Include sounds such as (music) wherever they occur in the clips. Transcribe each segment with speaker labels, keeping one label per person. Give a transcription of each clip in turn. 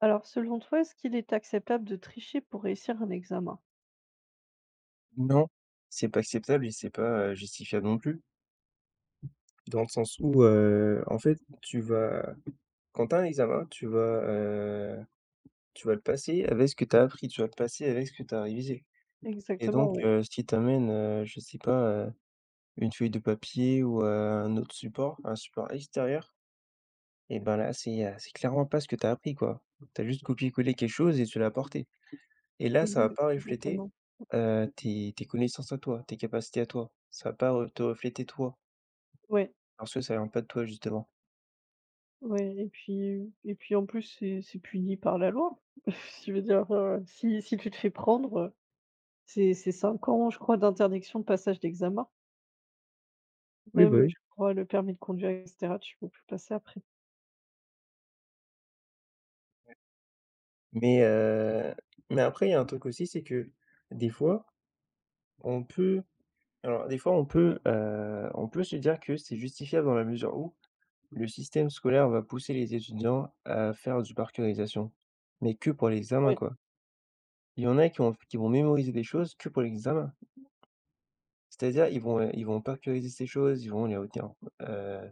Speaker 1: Alors, selon toi, est-ce qu'il est acceptable de tricher pour réussir un examen?
Speaker 2: Non, c'est pas acceptable et c'est pas, justifiable non plus. Dans le sens où, en fait, tu vas quand tu as un examen, heu, tu vas le passer avec ce que tu as appris, tu vas le passer avec ce que tu as révisé et
Speaker 1: Exactement,
Speaker 2: donc
Speaker 1: oui.
Speaker 2: heu, si tu amènes, je sais pas, une feuille de papier ou un autre support, un support extérieur et ben là, c'est clairement pas ce que tu as appris, quoi. Tu as juste copié-collé quelque chose et tu l'as apporté et là, ça va
Speaker 1: Exa-
Speaker 2: pas refléter,
Speaker 1: exactement.
Speaker 2: tes connaissances à toi, tes capacités à toi. Ça va pas re te refléter toi.
Speaker 1: Ouais,
Speaker 2: Parce que ça vient pas de toi, justement.
Speaker 1: ouais. Et puis en plus, c'est puni par la loi. (laughs) Je veux dire, si tu te fais prendre, c'est 5 ans, je crois, d'interdiction de passage d'examen.
Speaker 2: Oui,
Speaker 1: Même,
Speaker 2: bah, oui.
Speaker 1: je crois, le permis de conduire, etc., tu peux plus passer après.
Speaker 2: Mais heu, mais après, il y a un truc aussi, c'est que des fois, on peut alors des fois, on
Speaker 1: Ouais,
Speaker 2: peut, heu, on peut se dire que c'est justifiable dans la mesure où le système scolaire va pousser les étudiants à faire du par cœurisation, mais que pour l'examen,
Speaker 1: ouais.
Speaker 2: quoi. Il y en a qui vont mémoriser des choses que pour l'examen. C'est-à-dire, ils vont par cœuriser ces choses, ils vont les retenir, heu,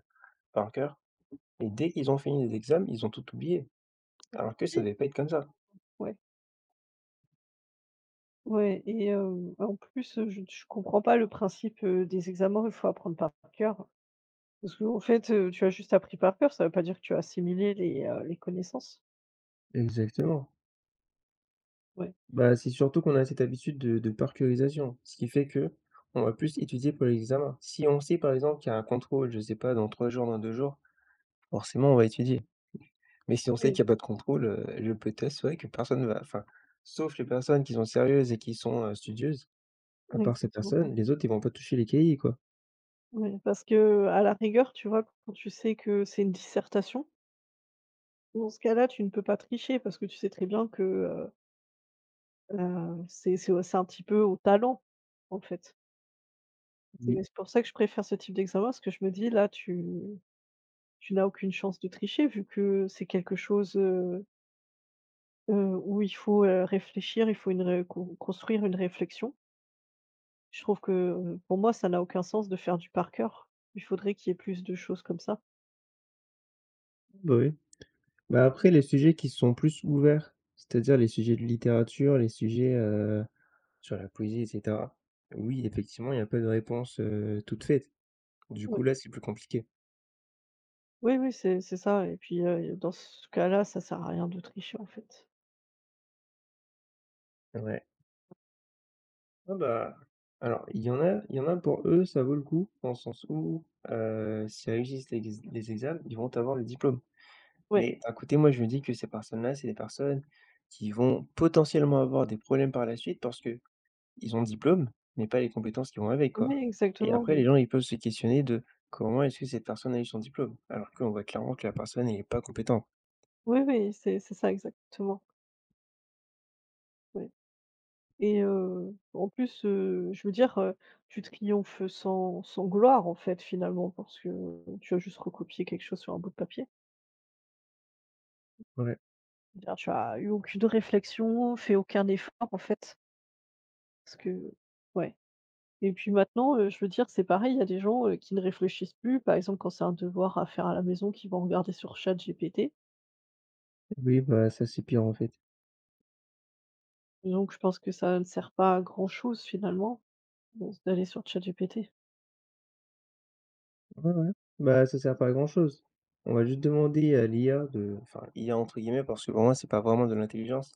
Speaker 2: par cœur. Et dès qu'ils ont fini les examens, ils ont tout oublié, alors que ça
Speaker 1: Oui,
Speaker 2: devait pas être comme ça.
Speaker 1: ouais. Ouais, et en plus, je comprends pas le principe, des examens, il faut apprendre par cœur. Parce que en fait, tu as juste appris par cœur, ça veut pas dire que tu as assimilé les connaissances.
Speaker 2: Exactement.
Speaker 1: Ouais,
Speaker 2: Bah, c'est surtout qu'on a cette habitude de par curisation, ce qui fait que on va plus étudier pour l'examen. Si on sait par exemple qu'il y a un contrôle, je sais pas, dans 3 jours, dans 2 jours, forcément, on va étudier. Mais si on sait qu'il
Speaker 1: oui,
Speaker 2: y a pas de contrôle, je peux t'assurer que personne va enfin, sauf les personnes qui sont sérieuses et qui sont, studieuses, à part ces
Speaker 1: exactement, ouais.
Speaker 2: personnes, les autres, ils vont pas toucher les cahiers, quoi.
Speaker 1: Ouais, parce qu'à la rigueur, tu vois, quand tu sais que c'est une dissertation, dans ce cas-là, tu ne peux pas tricher parce que tu sais très bien que, c'est un petit peu au talent, en fait. C'est
Speaker 2: Oui,
Speaker 1: c'est pour ça que je préfère ce type d'examen parce que je me dis: «Là, tu n'as aucune chance de tricher vu que c'est quelque chose, où il faut, réfléchir, il faut une ré con construire une réflexion». Je trouve que, pour moi, ça n'a aucun sens de faire du par cœur. Il faudrait qu'il y ait plus de choses comme ça.
Speaker 2: oui. Bah, après les sujets qui sont plus ouverts, c'est-à-dire les sujets de littérature, les sujets, sur la poésie et cetera. Oui, effectivement, il y a pas de réponse, toute faite. Du
Speaker 1: Ouais.
Speaker 2: coup, là, c'est plus compliqué.
Speaker 1: Oui, oui, c'est ça et puis, dans ce cas-là, ça sert à rien de tricher, en fait.
Speaker 2: Ouais. Ah bah, alors il y en a pour eux, ça vaut le coup, dans le sens où, s'ils réussissent l'ex les examens, ils vont avoir le diplôme.
Speaker 1: Oui,
Speaker 2: Mais à côté, moi, je me dis que ces personnes-là, c'est des personnes qui vont potentiellement avoir des problèmes par la suite parce que ils ont le diplôme, mais pas les compétences qui vont avec,
Speaker 1: oui,
Speaker 2: quoi. Et
Speaker 1: exactement,
Speaker 2: après, les
Speaker 1: oui.
Speaker 2: gens, ils peuvent se questionner de: «Comment est-ce que cette personne a eu son diplôme?» alors qu'on voit clairement que la personne, n'est pas compétente.
Speaker 1: Oui, oui, c'est ça exactement, ouais et en plus, je veux dire, tu triomphes sans gloire, en fait, finalement, parce que tu as juste recopié quelque chose sur un bout de papier.
Speaker 2: Ouais.
Speaker 1: Je veux dire, tu as eu aucune réflexion, fait aucun effort, en fait, parce que ouais. Et puis maintenant, je veux dire, c'est pareil, il y a des gens, qui ne réfléchissent plus. Par exemple, quand c'est un devoir à faire à la maison, qui vont regarder sur ChatGPT.
Speaker 2: Oui, bah, ça, c'est pire, en fait.
Speaker 1: Donc je pense que ça ne sert pas à grand-chose finalement, de d'aller sur ChatGPT.
Speaker 2: Ouais, ouais. Bah, ça sert pas à grand-chose. On va juste demander à l'IA de enfin, «IA» entre guillemets, parce que pour moi, c'est pas vraiment de l'intelligence,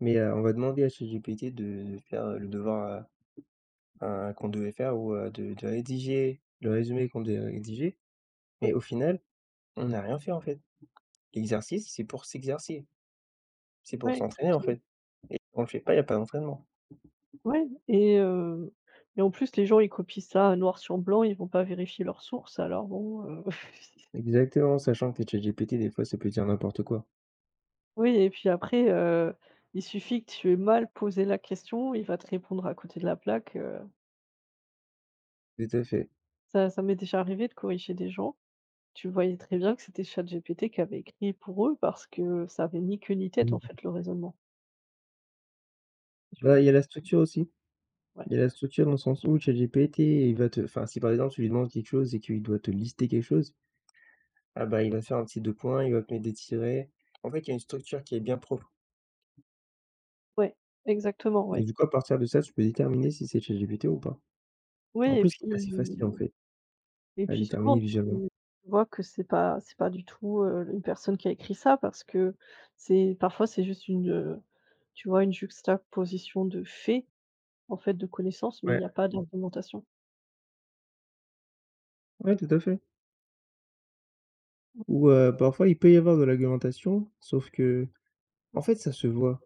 Speaker 2: on va demander à ChatGPT de faire le devoir à qu'on devait faire ou de rédiger le résumé qu'on devait rédiger, mais
Speaker 1: Oui,
Speaker 2: au final, on n'a rien fait, en fait. L'exercice, c'est pour s'exercer, c'est pour
Speaker 1: ouais,
Speaker 2: s'entraîner, en
Speaker 1: exactement.
Speaker 2: fait. On le fait pas, il y a pas d'entraînement.
Speaker 1: Ouais et en plus, les gens, ils copient ça noir sur blanc, ils vont pas vérifier leurs sources, alors bon (laughs)
Speaker 2: Exactement, sachant que ChatGPT, des fois, ça peut dire n'importe quoi.
Speaker 1: oui et puis après, il suffit que tu aies mal posé la question, il va te répondre à côté de la plaque.
Speaker 2: Tout à fait.
Speaker 1: Ça m'est déjà arrivé de corriger des gens. Tu voyais très bien que c'était ChatGPT qui avait écrit pour eux parce que ça avait ni queue ni tête en
Speaker 2: Mhm.
Speaker 1: fait le raisonnement. Tu
Speaker 2: Bah, il y a
Speaker 1: tu
Speaker 2: la structure aussi.
Speaker 1: ouais,
Speaker 2: Il y a la structure dans le sens où ChatGPT, il va te enfin, si par exemple, tu lui demandes quelque chose et qu'il doit te lister quelque chose, ah bah, il va faire un petit 2 points, il va te mettre des tirets. En fait, il y a une structure qui est bien propre
Speaker 1: ouais, exactement,
Speaker 2: et
Speaker 1: ouais.
Speaker 2: du coup, à partir de ça, tu peux déterminer si c'est ChatGPT ou pas. En
Speaker 1: Oui et
Speaker 2: plus,
Speaker 1: puis
Speaker 2: c'est assez facile, en fait, à
Speaker 1: souvent
Speaker 2: déterminer
Speaker 1: tu
Speaker 2: visuellement.
Speaker 1: vois que c'est pas du tout, une personne qui a écrit ça parce que c'est juste une, tu vois, une juxtaposition de faits, en fait, de connaissances, mais il
Speaker 2: Ouais,
Speaker 1: y a pas d'argumentation.
Speaker 2: ouais, tout à fait.
Speaker 1: Mmh.
Speaker 2: Ou, parfois, il peut y avoir de l'argumentation, sauf que en fait, ça se voit.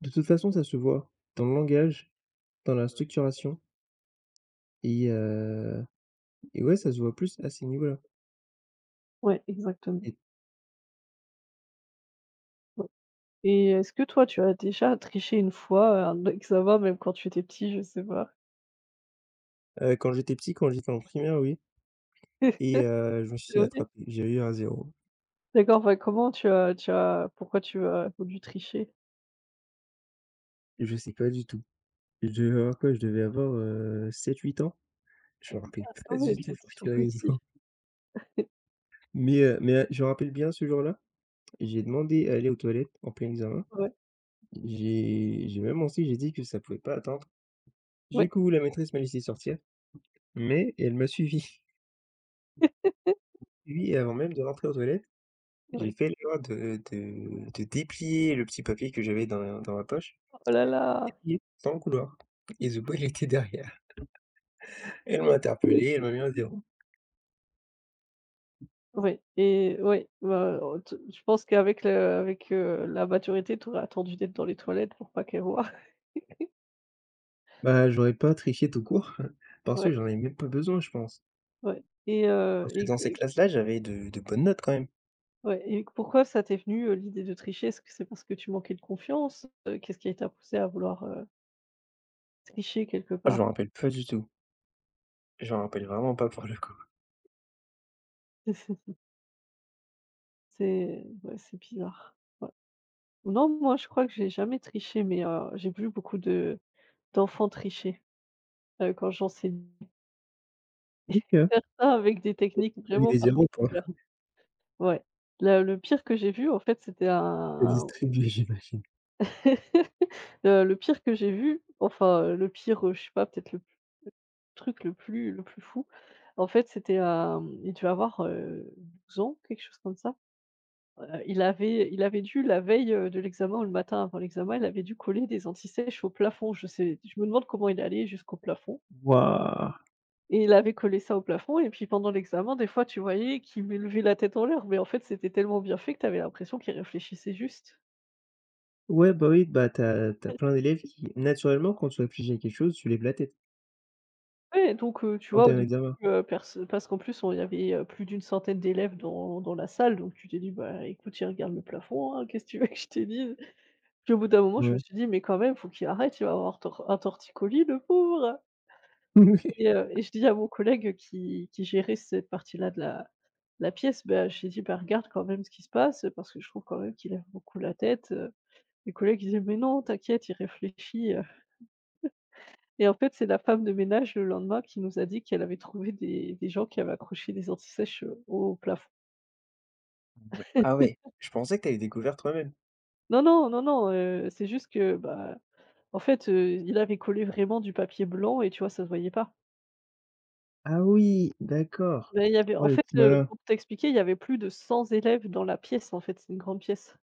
Speaker 2: De toute façon, ça se voit dans le langage, dans la structuration et ouais, ça se voit plus à ces niveaux-là
Speaker 1: Ouais, exactement.
Speaker 2: et
Speaker 1: Ouais et est-ce que toi tu as déjà triché une fois, un (laughs) examen même quand tu étais petit? Je sais pas.
Speaker 2: quand j'étais petit, quand j'étais en primaire, oui. Je me suis
Speaker 1: (laughs)
Speaker 2: attrapé. J'ai eu un zéro.
Speaker 1: D'accord, ouais, comment tu as pourquoi tu as voulu tricher?
Speaker 2: Je sais pas du tout. Je devais avoir quoi? Je devais avoir, 7-8 ans? Je me rappelle
Speaker 1: Ah
Speaker 2: pas du
Speaker 1: ouais, tu
Speaker 2: tout
Speaker 1: étais
Speaker 2: pour
Speaker 1: tout
Speaker 2: quelle
Speaker 1: petit.
Speaker 2: raison,
Speaker 1: (laughs)
Speaker 2: mais je me rappelle bien ce jour-là, j'ai demandé à aller aux toilettes en plein examen.
Speaker 1: Ouais,
Speaker 2: J'ai même menti, j'ai dit que ça pouvait pas attendre. Du
Speaker 1: ouais,
Speaker 2: coup, la maîtresse m'a laissé sortir, mais elle m'a suivi. (laughs)
Speaker 1: (laughs)
Speaker 2: Oui, avant même de rentrer aux toilettes, j'ai
Speaker 1: ouais.
Speaker 2: fait l'erreur de de déplier le petit papier que j'avais dans ma poche,
Speaker 1: Oh là là!
Speaker 2: déplié dans le couloir et The Boy il était derrière. Elle m'a interpellé, elle m'a mis à zéro.
Speaker 1: Ouais et ouais, bah, t je pense qu'avec la maturité, tu aurais attendu d'être dans les toilettes pour pas qu'elle voie. (laughs)
Speaker 2: Bah, j'aurais pas triché tout court, (laughs) parce que
Speaker 1: Ouais,
Speaker 2: j'en avais même pas besoin, je pense.
Speaker 1: ouais
Speaker 2: Parce que
Speaker 1: et
Speaker 2: dans
Speaker 1: que
Speaker 2: ces classes-là, j'avais de bonnes notes quand même.
Speaker 1: ouais et pourquoi ça t'est venu, l'idée de tricher? Est-ce que c'est parce que tu manquais de confiance? Qu'est-ce qui t'a poussé à vouloir, tricher quelque
Speaker 2: Ah, je
Speaker 1: part?
Speaker 2: me rappelle pas du tout. Je me rappelle vraiment pas pour le coup.
Speaker 1: (laughs) C'est ouais, c'est bizarre. Ouais. Non, moi, je crois que j'ai jamais triché, mais j'ai vu beaucoup de d'enfants tricher, quand j'enseignais.
Speaker 2: OK.
Speaker 1: Faire ça avec des techniques
Speaker 2: Tu as mis
Speaker 1: vraiment
Speaker 2: des 0 pour
Speaker 1: particulières. Ouais. Le pire que j'ai vu, en fait, c'était un
Speaker 2: la
Speaker 1: un-
Speaker 2: distribuer, (laughs) j'imagine.
Speaker 1: (laughs) Le pire que j'ai vu, enfin, le pire, je sais pas, peut-être le p truc le plus fou, en fait, c'était, il devait avoir, 12 ans, quelque chose comme ça. Il avait dû la veille, de l'examen ou le matin avant l'examen, il avait dû coller des antisèches au plafond. Je me demande comment il allait jusqu'au plafond,
Speaker 2: Waouh!
Speaker 1: et il avait collé ça au plafond et puis pendant l'examen, des fois, tu voyais qu'il levait la tête en l'air, mais en fait, c'était tellement bien fait que tu avais l'impression qu'il réfléchissait juste.
Speaker 2: Ouais, bah, oui, bah, t'as plein
Speaker 1: (laughs)
Speaker 2: d'élèves qui naturellement, quand tu réfléchis à quelque chose, tu lèves la tête
Speaker 1: Ouais, donc tu
Speaker 2: quand
Speaker 1: vois,
Speaker 2: t'es
Speaker 1: au
Speaker 2: es en
Speaker 1: début,
Speaker 2: examen.
Speaker 1: perso parce qu'en plus, on il y avait, plus d'une centaine d'élèves dans la salle, donc tu t'es dit: «Bah, écoute, il regarde le plafond, hein, (laughs) qu'est-ce que tu veux que je te dise?» Puis au bout d'un moment, je me
Speaker 2: Ouais.
Speaker 1: suis dit: «Mais quand même, faut qu'il arrête, il va avoir tor un torticolis le pauvre». Et
Speaker 2: (laughs)
Speaker 1: heu et je dis à mon collègue qui gérait cette partie-là de la pièce, bah, j'ai dit: «Bah, regarde quand même ce qui se passe, parce que je trouve quand même qu'il lève beaucoup la tête». Mes collègues ils disaient: «Mais non, t'inquiète, il réfléchit» et en fait, c'est la femme de ménage, le lendemain, qui nous a dit qu'elle avait trouvé des gens qui avaient accroché des antisèches, au plafond.
Speaker 2: Ouais. Ouais. Ah ouais, je pensais que tu avais découvert toi-même.
Speaker 1: «Non, non, non, non, c'est juste que, bah, en fait, il avait collé vraiment du papier blanc et tu vois, ça se voyait pas».
Speaker 2: Ah oui, d'accord.
Speaker 1: Bah, il y avait
Speaker 2: Oh,
Speaker 1: en
Speaker 2: le
Speaker 1: fait,
Speaker 2: petit malin.
Speaker 1: pour t'expliquer, il y avait plus de 100 élèves dans la pièce, en fait, c'est une grande pièce.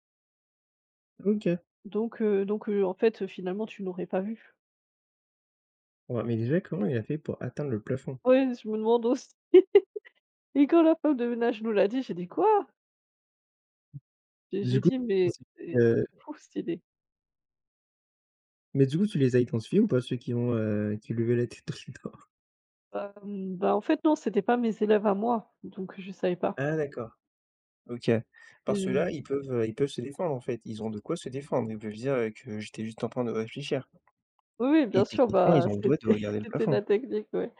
Speaker 2: OK.
Speaker 1: Donc , en fait, finalement, tu n'aurais pas vu.
Speaker 2: Ouais, mais déjà, comment il a fait pour atteindre le plafond?
Speaker 1: Ouais, je me demande aussi. (laughs) Et quand la femme de ménage nous l'a dit, j'ai dit: «Quoi?» J'ai
Speaker 2: Du coup,
Speaker 1: dit: «Mais c'est
Speaker 2: heu,
Speaker 1: fou cette idée».
Speaker 2: mais du coup, tu les as identifiés ou pas ceux qui ont, qui levaient la tête tout le temps?
Speaker 1: Bah, en fait, non, c'était pas mes élèves à moi, donc je savais pas.
Speaker 2: Ah d'accord, OK. Parce que
Speaker 1: Et
Speaker 2: là, ils peuvent se défendre, en fait. Ils ont de quoi se défendre. Ils peuvent dire, que j'étais juste en train de réfléchir
Speaker 1: oui, oui,
Speaker 2: et
Speaker 1: bien sûr,
Speaker 2: techniquement,
Speaker 1: bah,
Speaker 2: ils ont le droit de
Speaker 1: c'était (laughs)
Speaker 2: regarder le
Speaker 1: c'était la
Speaker 2: plafond.
Speaker 1: technique, ouais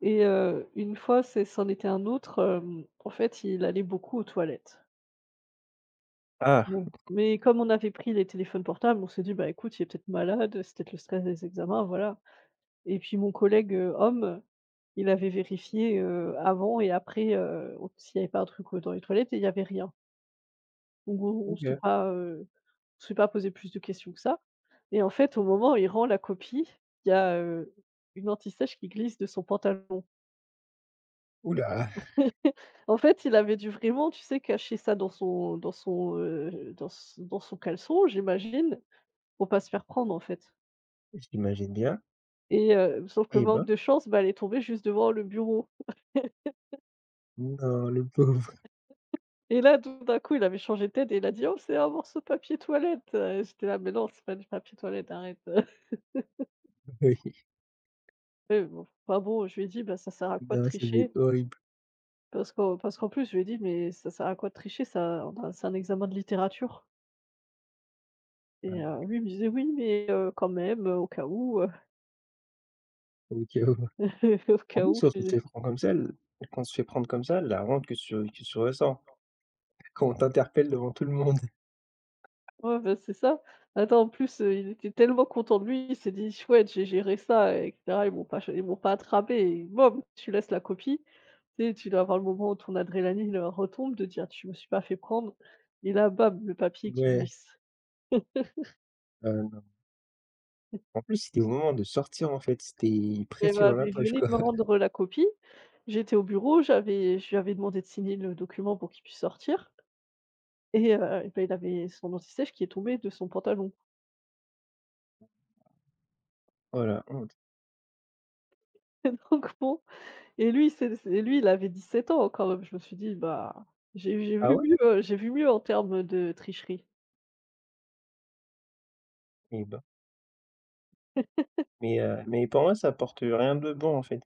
Speaker 1: et heu, Une fois, c'en était un autre, en fait, il allait beaucoup aux toilettes.
Speaker 2: Ah,
Speaker 1: Bon, mais comme on avait pris les téléphones portables, on s'est dit: «Bah, écoute, il est peut-être malade, c'est peut-être le stress des examens, voilà». Et puis mon collègue, homme, il avait vérifié, avant et après, au s'il y avait pas un truc, dans les toilettes et il y avait rien. Donc on ne s'est
Speaker 2: OK.
Speaker 1: pas, heu, on s'est pas posé plus de questions que ça et en fait, au moment où il rend la copie, il y a une anti-sèche qui glisse de son pantalon.
Speaker 2: Ouh là!
Speaker 1: (laughs) En fait, il avait dû vraiment, tu sais, cacher ça dans son caleçon, j'imagine, pour pas se faire prendre, en fait,
Speaker 2: J'imagine bien.
Speaker 1: et sauf que
Speaker 2: Eh
Speaker 1: manque
Speaker 2: ben,
Speaker 1: de chance, bah, elle est tombée juste devant le bureau.
Speaker 2: non, le pauvre,
Speaker 1: Et là, tout d'un coup, il avait changé de tête et il a dit: «Oh, c'est un morceau de papier toilette!» et j'étais là: «Mais non, c'est pas du papier toilette, arrête!» (laughs)
Speaker 2: (laughs) oui,
Speaker 1: Et bon, enfin bon, je lui ai dit: «Bah, ça sert à quoi de
Speaker 2: non, ça doit
Speaker 1: tricher?»
Speaker 2: être horrible.
Speaker 1: Parce qu'en plus, je lui ai dit: «Mais ça sert à quoi de tricher? Ça on a c'est un examen de littérature» et
Speaker 2: Mmh.
Speaker 1: lui, il me disait: «Oui, mais quand même, au cas où».
Speaker 2: OK, ouais.
Speaker 1: (laughs) Au
Speaker 2: En
Speaker 1: cas
Speaker 2: plus,
Speaker 1: où.
Speaker 2: quand on se fait prendre comme ça, l quand on se fait prendre comme ça, la honte que tu ressens, (laughs) quand on t'interpelle devant tout le monde.
Speaker 1: Ouais, bah, c'est ça. Attends, en plus, il était tellement content de lui, il s'est dit: «Chouette, j'ai géré ça» et cetera. Ils m'ont pas attrapé et boum, tu laisses la copie. Tu sais, tu dois avoir le moment où ton adrénaline, retombe, de dire: tu me suis pas fait prendre» et là, bam, le papier qui
Speaker 2: Ouais,
Speaker 1: glisse.
Speaker 2: non. En plus, c'était au moment de sortir, en fait, c'était
Speaker 1: Mais
Speaker 2: presque dans
Speaker 1: bah,
Speaker 2: la
Speaker 1: mais il
Speaker 2: poche,
Speaker 1: venait de
Speaker 2: quoi.
Speaker 1: me
Speaker 2: (laughs)
Speaker 1: rendre la copie. J'étais au bureau, j'avais je lui avais demandé de signer le document pour qu'il puisse sortir et bah, il avait son anti-sèche qui est tombé de son pantalon.
Speaker 2: Oh la honte.
Speaker 1: (laughs) Donc bon. Et lui, c'est lui, il avait 17 ans quand même. Je me suis dit: «Bah, j'ai
Speaker 2: Ah
Speaker 1: vu
Speaker 2: ouais?
Speaker 1: mieux, j'ai vu mieux en termes de tricherie».
Speaker 2: Eh ben. Mais pour moi, ça apporte rien de bon, en fait.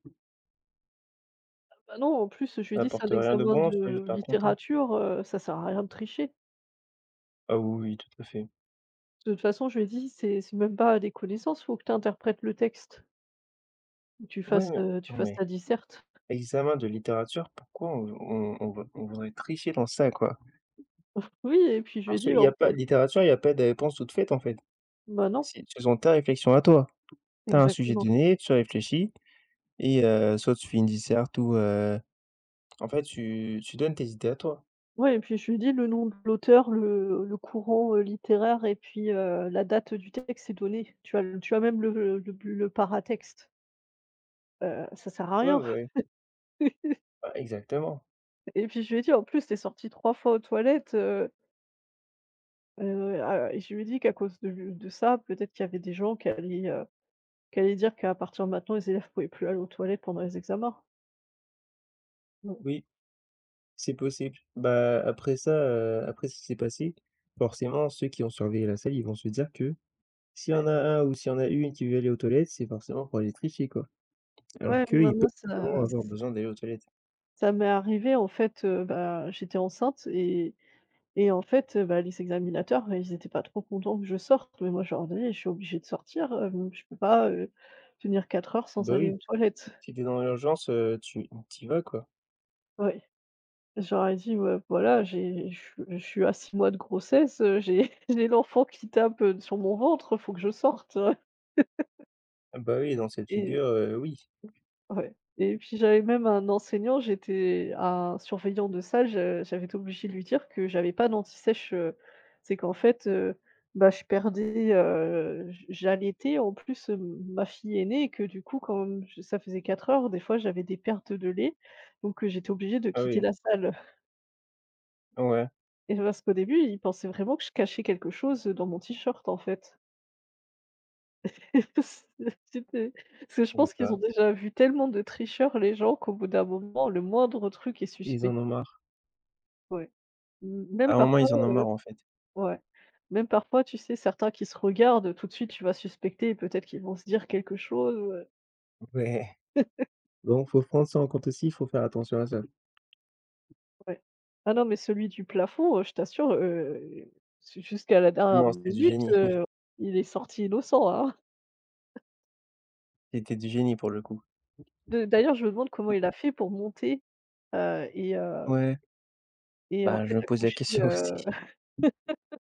Speaker 1: Bah, non, en plus, je lui ai
Speaker 2: Ça
Speaker 1: dit: «C'est un
Speaker 2: apporte rien de
Speaker 1: examen
Speaker 2: bon, tu vas
Speaker 1: de
Speaker 2: juste pas content.
Speaker 1: littérature, ça sert à rien de tricher».
Speaker 2: Ah oui, oui, tout à fait.
Speaker 1: De toute façon, je lui ai dit: «C'est même pas des connaissances, faut que tu interprètes le texte, que tu
Speaker 2: Ouais,
Speaker 1: fasses
Speaker 2: mais attends,
Speaker 1: ta disserte».
Speaker 2: Examen de littérature, pourquoi on voudrait tricher dans ça, quoi?
Speaker 1: (laughs) Oui et puis je lui ai
Speaker 2: Parce
Speaker 1: dit:
Speaker 2: qu'il y a
Speaker 1: «On
Speaker 2: pas
Speaker 1: peut»
Speaker 2: de littérature, il y a pas de réponse toute faite, en fait.
Speaker 1: bah, non,
Speaker 2: C'est selon ta réflexion à toi. Tu as un sujet
Speaker 1: exactement.
Speaker 2: donné, tu réfléchis et soit tu fais une disserte ou en fait, tu donnes tes idées à toi.
Speaker 1: Ouais et puis je lui ai dit: «Le nom de l'auteur, le courant, littéraire et puis, la date du texte est donnée. Tu as le tu as même le paratexte». Ça sert à
Speaker 2: Ouais,
Speaker 1: rien.
Speaker 2: ouais, ouais,
Speaker 1: (laughs)
Speaker 2: bah, exactement.
Speaker 1: Et puis je lui ai dit: «En plus, tu es sortie 3 fois aux toilettes» a et je lui ai dit qu'à cause de ça, peut-être qu'il y avait des gens qui allaient, dire qu'à partir de maintenant, les élèves pouvaient plus aller aux toilettes pendant les examens. Donc
Speaker 2: Oui, c'est possible. Bah, après ça, après ce qui s'est passé, forcément, ceux qui ont surveillé la salle, ils vont se dire que s'il y en
Speaker 1: ouais.
Speaker 2: a un ou s'il y en a une qui veut aller aux toilettes, c'est forcément pour aller tricher, quoi. Alors
Speaker 1: Ouais, moi
Speaker 2: qu'ils
Speaker 1: moi
Speaker 2: peuvent
Speaker 1: ça
Speaker 2: vraiment avoir besoin d'aller aux toilettes.
Speaker 1: ça m'est arrivé en fait, bah, j'étais enceinte et en fait, bah, les examinateurs, bah, ils étaient pas trop contents que je sorte, mais moi je leur dis: «Je suis obligée de sortir, je peux pas, tenir 4 heures sans
Speaker 2: Bah
Speaker 1: aller
Speaker 2: oui,
Speaker 1: aux toilettes».
Speaker 2: si t'es dans l'urgence, tu t'y vas, quoi.
Speaker 1: Ouais. J'aurais dit: «Ouais, voilà, j'ai je suis à 6 mois de grossesse, j'ai (laughs) j'ai l'enfant qui tape, sur mon ventre, faut que je sorte». (laughs)
Speaker 2: Ah bah oui, dans cette
Speaker 1: Et
Speaker 2: figure, oui.
Speaker 1: ouais et puis j'avais même un enseignant, j'étais un surveillant de salle, je j'avais été obligée de lui dire que j'avais pas d'anti-sèche, c'est qu'en fait, bah, je perdais, j'allaitais en plus, ma fille aînée et que du coup, quand je ça faisait 4 heures, des fois, j'avais des pertes de lait donc, j'étais obligée de
Speaker 2: Ah
Speaker 1: quitter
Speaker 2: oui,
Speaker 1: la salle.
Speaker 2: ouais,
Speaker 1: Et parce qu'au début, il pensait vraiment que je cachais quelque chose, dans mon t-shirt, en fait. (laughs) C'était parce que je
Speaker 2: donc
Speaker 1: pense qu'ils
Speaker 2: heu,
Speaker 1: ont déjà vu tellement de tricheurs, les gens, qu'au bout d'un moment, le moindre truc est
Speaker 2: ils
Speaker 1: suspect.
Speaker 2: en ont marre.
Speaker 1: Ouais. M même
Speaker 2: À un moment,
Speaker 1: parfois
Speaker 2: ils en ont marre, en fait.
Speaker 1: Ouais. Même parfois, tu sais, certains qui se regardent, tout de suite, tu vas suspecter, et peut-être qu'ils vont se dire quelque chose, ouais,
Speaker 2: Ouais, donc faut prendre ça en compte aussi, il faut faire attention à ça.
Speaker 1: ouais. Ah non, mais celui du plafond, je t'assure, ju jusqu'à la dernière
Speaker 2: Non,
Speaker 1: minute, heu, il est sorti innocent, hein.
Speaker 2: c'était du génie pour le coup.
Speaker 1: De d'ailleurs, je me demande comment il a fait pour monter, heu et heu
Speaker 2: Ouais,
Speaker 1: et en
Speaker 2: bah,
Speaker 1: fait
Speaker 2: je me pose la
Speaker 1: accrocher
Speaker 2: question (laughs) aussi.